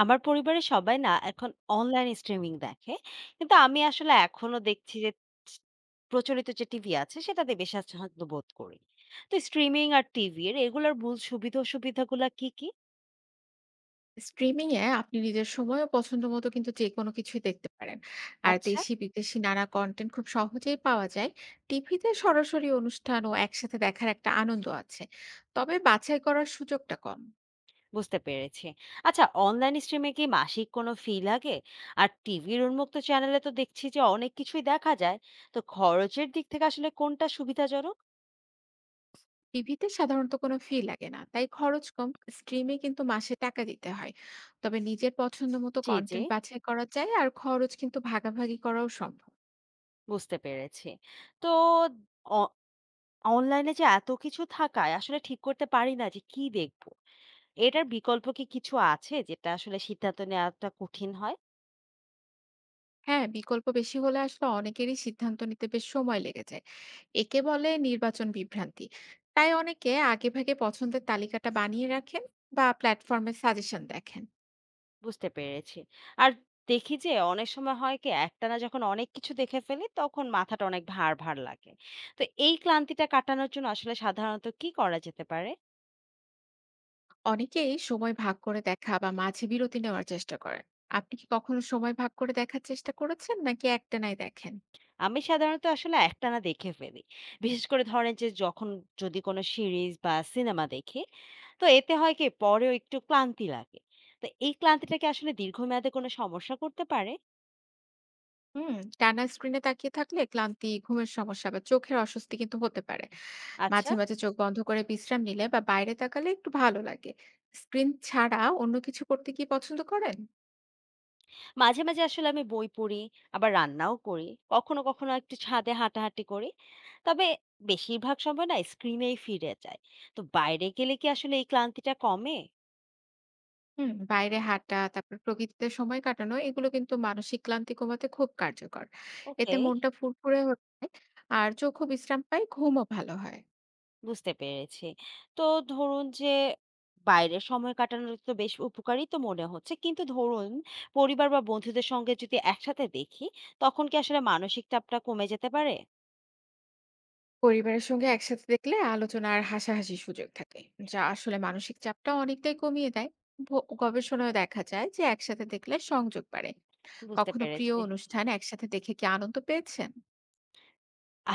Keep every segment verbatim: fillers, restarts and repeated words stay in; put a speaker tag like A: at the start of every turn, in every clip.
A: আমার পরিবারের সবাই না এখন অনলাইন স্ট্রিমিং দেখে। কিন্তু আমি আসলে এখনো দেখছি যে প্রচলিত যে টিভি আছে সেটাতে বেশ স্বাচ্ছন্দ্য বোধ করি। তো স্ট্রিমিং আর টিভির এগুলোর মূল সুবিধা অসুবিধাগুলা কি, কি?
B: স্ট্রিমিং এ আপনি নিজের সময় ও পছন্দ মতো কিন্তু যে কোনো কিছুই দেখতে পারেন। আর
A: আচ্ছা,
B: দেশি বিদেশি নানা কনটেন্ট খুব সহজেই পাওয়া যায়। টিভিতে সরাসরি অনুষ্ঠান ও একসাথে দেখার একটা আনন্দ আছে। তবে বাছাই করার সুযোগটা কম।
A: বুঝতে পেরেছি। আচ্ছা অনলাইন স্ট্রিমে কি মাসিক কোনো ফি লাগে? আর টিভির উন্মুক্ত চ্যানেলে তো দেখছি যে অনেক কিছুই দেখা যায়। তো খরচের দিক থেকে আসলে কোনটা সুবিধাজনক?
B: টিভিতে সাধারণত কোনো ফি লাগে না। তাই খরচ কম। স্ট্রিমে কিন্তু মাসে টাকা দিতে হয়। তবে নিজের পছন্দ মতো
A: জি, জি,
B: কনটেন্ট বাছাই করা যায় আর খরচ কিন্তু ভাগাভাগি করাও সম্ভব।
A: বুঝতে পেরেছি। তো অ অনলাইনে যে এত কিছু থাকায় আসলে ঠিক করতে পারি না যে কি দেখব। এটার বিকল্প কি কিছু আছে যেটা আসলে সিদ্ধান্ত নেওয়াটা কঠিন হয়?
B: হ্যাঁ, বিকল্প বেশি হলে আসলে অনেকেরই সিদ্ধান্ত নিতে বেশ সময় লেগে যায়। একে বলে নির্বাচন বিভ্রান্তি। তাই অনেকে আগেভাগে পছন্দের তালিকাটা বানিয়ে রাখেন বা প্ল্যাটফর্মে সাজেশন দেখেন।
A: বুঝতে পেরেছি। আর দেখি যে অনেক সময় হয় কি একটানা যখন অনেক কিছু দেখে ফেলি তখন মাথাটা অনেক ভার, ভার লাগে। তো এই ক্লান্তিটা কাটানোর জন্য আসলে সাধারণত কি করা যেতে পারে?
B: অনেকেই সময় ভাগ করে দেখা বা মাঝে বিরতি নেওয়ার চেষ্টা করেন। আপনি কি কখনো সময় ভাগ করে দেখার চেষ্টা করেছেন নাকি একটানাই দেখেন?
A: আমি সাধারণত আসলে একটানা দেখে ফেলি। বিশেষ করে ধরেন যে যখন যদি কোনো সিরিজ বা সিনেমা দেখি, তো এতে হয় কি পরেও একটু ক্লান্তি লাগে। তো এই ক্লান্তিটা কি আসলে দীর্ঘমেয়াদে কোনো সমস্যা করতে পারে?
B: হুম, টানা স্ক্রিনে তাকিয়ে থাকলে ক্লান্তি, ঘুমের সমস্যা বা চোখের অস্বস্তি কিন্তু হতে পারে।
A: আচ্ছা।
B: মাঝে মাঝে চোখ বন্ধ করে বিশ্রাম নিলে বা বাইরে তাকালে একটু ভালো লাগে। স্ক্রিন ছাড়া অন্য কিছু করতে কি পছন্দ করেন?
A: মাঝে, মাঝে আসলে আমি বই পড়ি, আবার রান্নাও করি। কখনো, কখনো একটু ছাদে হাঁটাহাঁটি করি। তবে বেশিরভাগ সময় না স্ক্রিনেই ফিরে যাই। তো বাইরে গেলে কি আসলে এই ক্লান্তিটা কমে?
B: হুম, বাইরে হাঁটা তারপর প্রকৃতিতে সময় কাটানো এগুলো কিন্তু মানসিক ক্লান্তি কমাতে খুব কার্যকর। এতে
A: ওকে।
B: মনটা ফুরফুরে হয়ে যায়, আর চোখও বিশ্রাম পায়, ঘুমও ভালো হয়।
A: বুঝতে পেরেছি। তো ধরুন যে বাইরে সময় কাটানো তো বেশ উপকারী তো মনে হচ্ছে। কিন্তু ধরুন পরিবার বা বন্ধুদের সঙ্গে যদি একসাথে দেখি, তখন কি আসলে মানসিক চাপটা কমে যেতে পারে?
B: পরিবারের সঙ্গে একসাথে দেখলে আলোচনা আর হাসাহাসি সুযোগ থাকে, যা আসলে মানসিক চাপটা অনেকটাই কমিয়ে দেয়। ভ- গবেষণায় দেখা যায় যে একসাথে দেখলে সংযোগ বাড়ে।
A: বুঝতে
B: কখনো প্রিয়
A: পেরেছি।
B: অনুষ্ঠান একসাথে দেখে কি আনন্দ পেয়েছেন?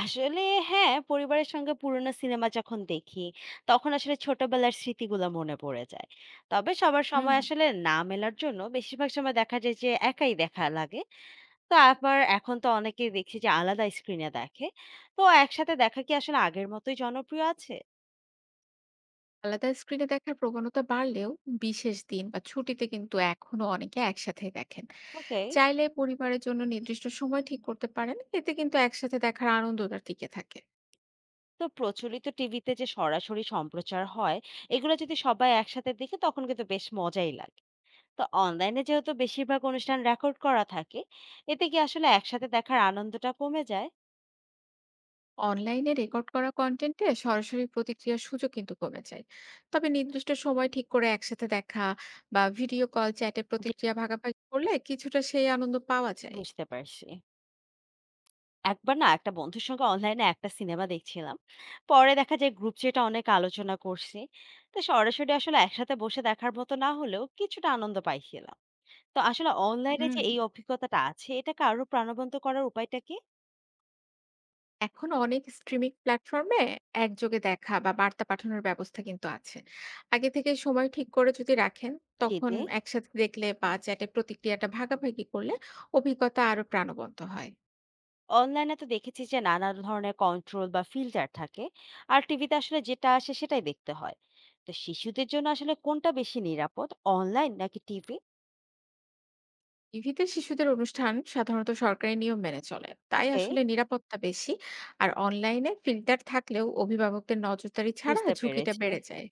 A: আসলে হ্যাঁ, পরিবারের সঙ্গে পুরোনো সিনেমা যখন দেখি, তখন আসলে ছোটবেলার স্মৃতিগুলা মনে পড়ে যায়। তবে সবার
B: হুম।
A: সময় আসলে না মেলার জন্য বেশিরভাগ সময় দেখা যায় যে একাই দেখা লাগে। তো আবার এখন তো অনেকেই দেখছি যে আলাদা স্ক্রিনে দেখে। তো একসাথে দেখা কি আসলে আগের মতোই জনপ্রিয় আছে?
B: আলাদা স্ক্রিনে দেখার প্রবণতা বাড়লেও বিশেষ দিন বা ছুটিতে কিন্তু এখনো অনেকে একসাথে দেখেন।
A: ওকে।
B: চাইলে পরিবারের জন্য নির্দিষ্ট সময় ঠিক করতে পারেন, এতে কিন্তু একসাথে দেখার আনন্দটা টিকে থাকে।
A: তো প্রচলিত টিভিতে যে সরাসরি সম্প্রচার হয়, এগুলো যদি সবাই একসাথে দেখে তখন কিন্তু বেশ মজাই লাগে। তো অনলাইনে যেহেতু বেশিরভাগ অনুষ্ঠান রেকর্ড করা থাকে, এতে কি আসলে একসাথে দেখার আনন্দটা কমে যায়?
B: অনলাইনে রেকর্ড করা কন্টেন্টে সরাসরি প্রতিক্রিয়ার সুযোগ কিন্তু কমে যায়। তবে নির্দিষ্ট সময় ঠিক করে একসাথে দেখা বা ভিডিও কল চ্যাটে
A: জি,
B: প্রতিক্রিয়া ভাগাভাগি করলে কিছুটা সেই আনন্দ পাওয়া যায়।
A: বুঝতে পারছি। একবার না একটা বন্ধুর সঙ্গে অনলাইনে একটা সিনেমা দেখছিলাম, পরে দেখা যায় গ্রুপ চ্যাটে অনেক আলোচনা করছি। তো সরাসরি আসলে একসাথে বসে দেখার মতো না হলেও কিছুটা আনন্দ পাইছিলাম। তো আসলে অনলাইনে
B: হুম।
A: যে এই অভিজ্ঞতাটা আছে এটাকে আরো প্রাণবন্ত করার উপায়টা কি?
B: এখন অনেক স্ট্রিমিং প্ল্যাটফর্মে একযোগে দেখা বা বার্তা পাঠানোর ব্যবস্থা কিন্তু আছে। আগে থেকে সময় ঠিক করে যদি রাখেন,
A: জি
B: তখন
A: জি
B: একসাথে দেখলে বা চ্যাটে প্রতিক্রিয়াটা ভাগাভাগি করলে অভিজ্ঞতা আরো প্রাণবন্ত হয়।
A: অনলাইনে তো দেখেছি যে নানা ধরনের কন্ট্রোল বা ফিল্টার থাকে। আর টিভিতে আসলে যেটা আসে সেটাই দেখতে হয়। তো শিশুদের জন্য আসলে কোনটা বেশি নিরাপদ, অনলাইন নাকি টিভি?
B: টিভিতে শিশুদের অনুষ্ঠান সাধারণত সরকারি নিয়ম মেনে চলে, তাই
A: ওকে,
B: আসলে নিরাপত্তা বেশি। আর অনলাইনে ফিল্টার থাকলেও অভিভাবকদের নজরদারি ছাড়া
A: বুঝতে
B: ঝুঁকিটা
A: পেরেছি।
B: বেড়ে যায়।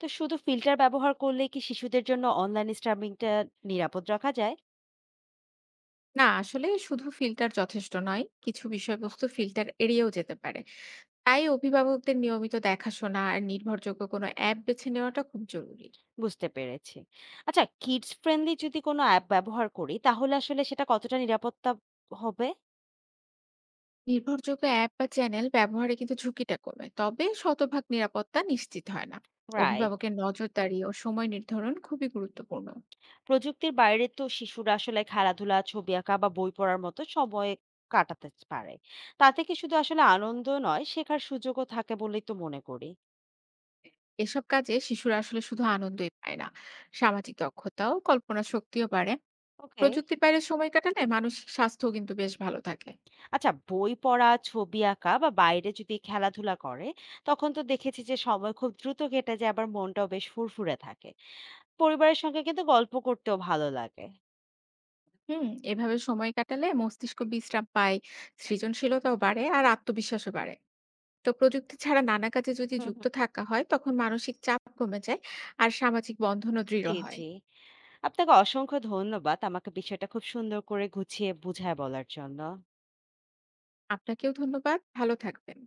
A: তো শুধু ফিল্টার ব্যবহার করলে কি শিশুদের জন্য অনলাইন স্ট্রিমিংটা নিরাপদ রাখা যায়?
B: না, আসলে শুধু ফিল্টার যথেষ্ট নয়, কিছু বিষয়বস্তু ফিল্টার এড়িয়েও যেতে পারে। তাই অভিভাবকদের নিয়মিত দেখাশোনা আর নির্ভরযোগ্য কোনো অ্যাপ বেছে নেওয়াটা খুব জরুরি।
A: বুঝতে পেরেছি। আচ্ছা কিডস ফ্রেন্ডলি যদি কোনো অ্যাপ ব্যবহার করি তাহলে আসলে সেটা কতটা নিরাপত্তা হবে?
B: নির্ভরযোগ্য অ্যাপ বা চ্যানেল ব্যবহারে কিন্তু ঝুঁকিটা কমে, তবে শতভাগ নিরাপত্তা নিশ্চিত হয় না।
A: রাইট।
B: অভিভাবকের নজরদারি ও সময় নির্ধারণ খুবই গুরুত্বপূর্ণ।
A: প্রযুক্তির বাইরে তো শিশুরা আসলে খেলাধুলা, ছবি আঁকা বা বই পড়ার মতো সময় কাটাতে পারে। তাতে কি শুধু আসলে আনন্দ নয়, শেখার সুযোগও থাকে বলেই তো মনে করি।
B: এসব কাজে শিশুরা আসলে শুধু আনন্দই পায় না, সামাজিক দক্ষতাও কল্পনা শক্তিও বাড়ে।
A: ওকে।
B: প্রযুক্তির বাইরে সময় কাটালে মানসিক স্বাস্থ্যও কিন্তু বেশ ভালো থাকে।
A: আচ্ছা বই পড়া, ছবি আঁকা বা বাইরে যদি খেলাধুলা করে তখন তো দেখেছি যে সময় খুব দ্রুত কেটে যায়, আবার মনটাও বেশ ফুরফুরে থাকে। পরিবারের সঙ্গে কিন্তু গল্প করতেও ভালো লাগে।
B: হুম, এভাবে সময় কাটালে মস্তিষ্ক বিশ্রাম পায়, সৃজনশীলতাও বাড়ে আর আত্মবিশ্বাসও বাড়ে। তো প্রযুক্তি ছাড়া নানা কাজে যদি
A: হুম,
B: যুক্ত
A: হুম।
B: থাকা হয় তখন মানসিক চাপ কমে যায় আর সামাজিক বন্ধনও দৃঢ়
A: জি,
B: হয়।
A: জি। আপনাকে অসংখ্য ধন্যবাদ আমাকে বিষয়টা খুব সুন্দর করে গুছিয়ে বুঝায় বলার জন্য।
B: আপনাকেও ধন্যবাদ, ভালো থাকবেন।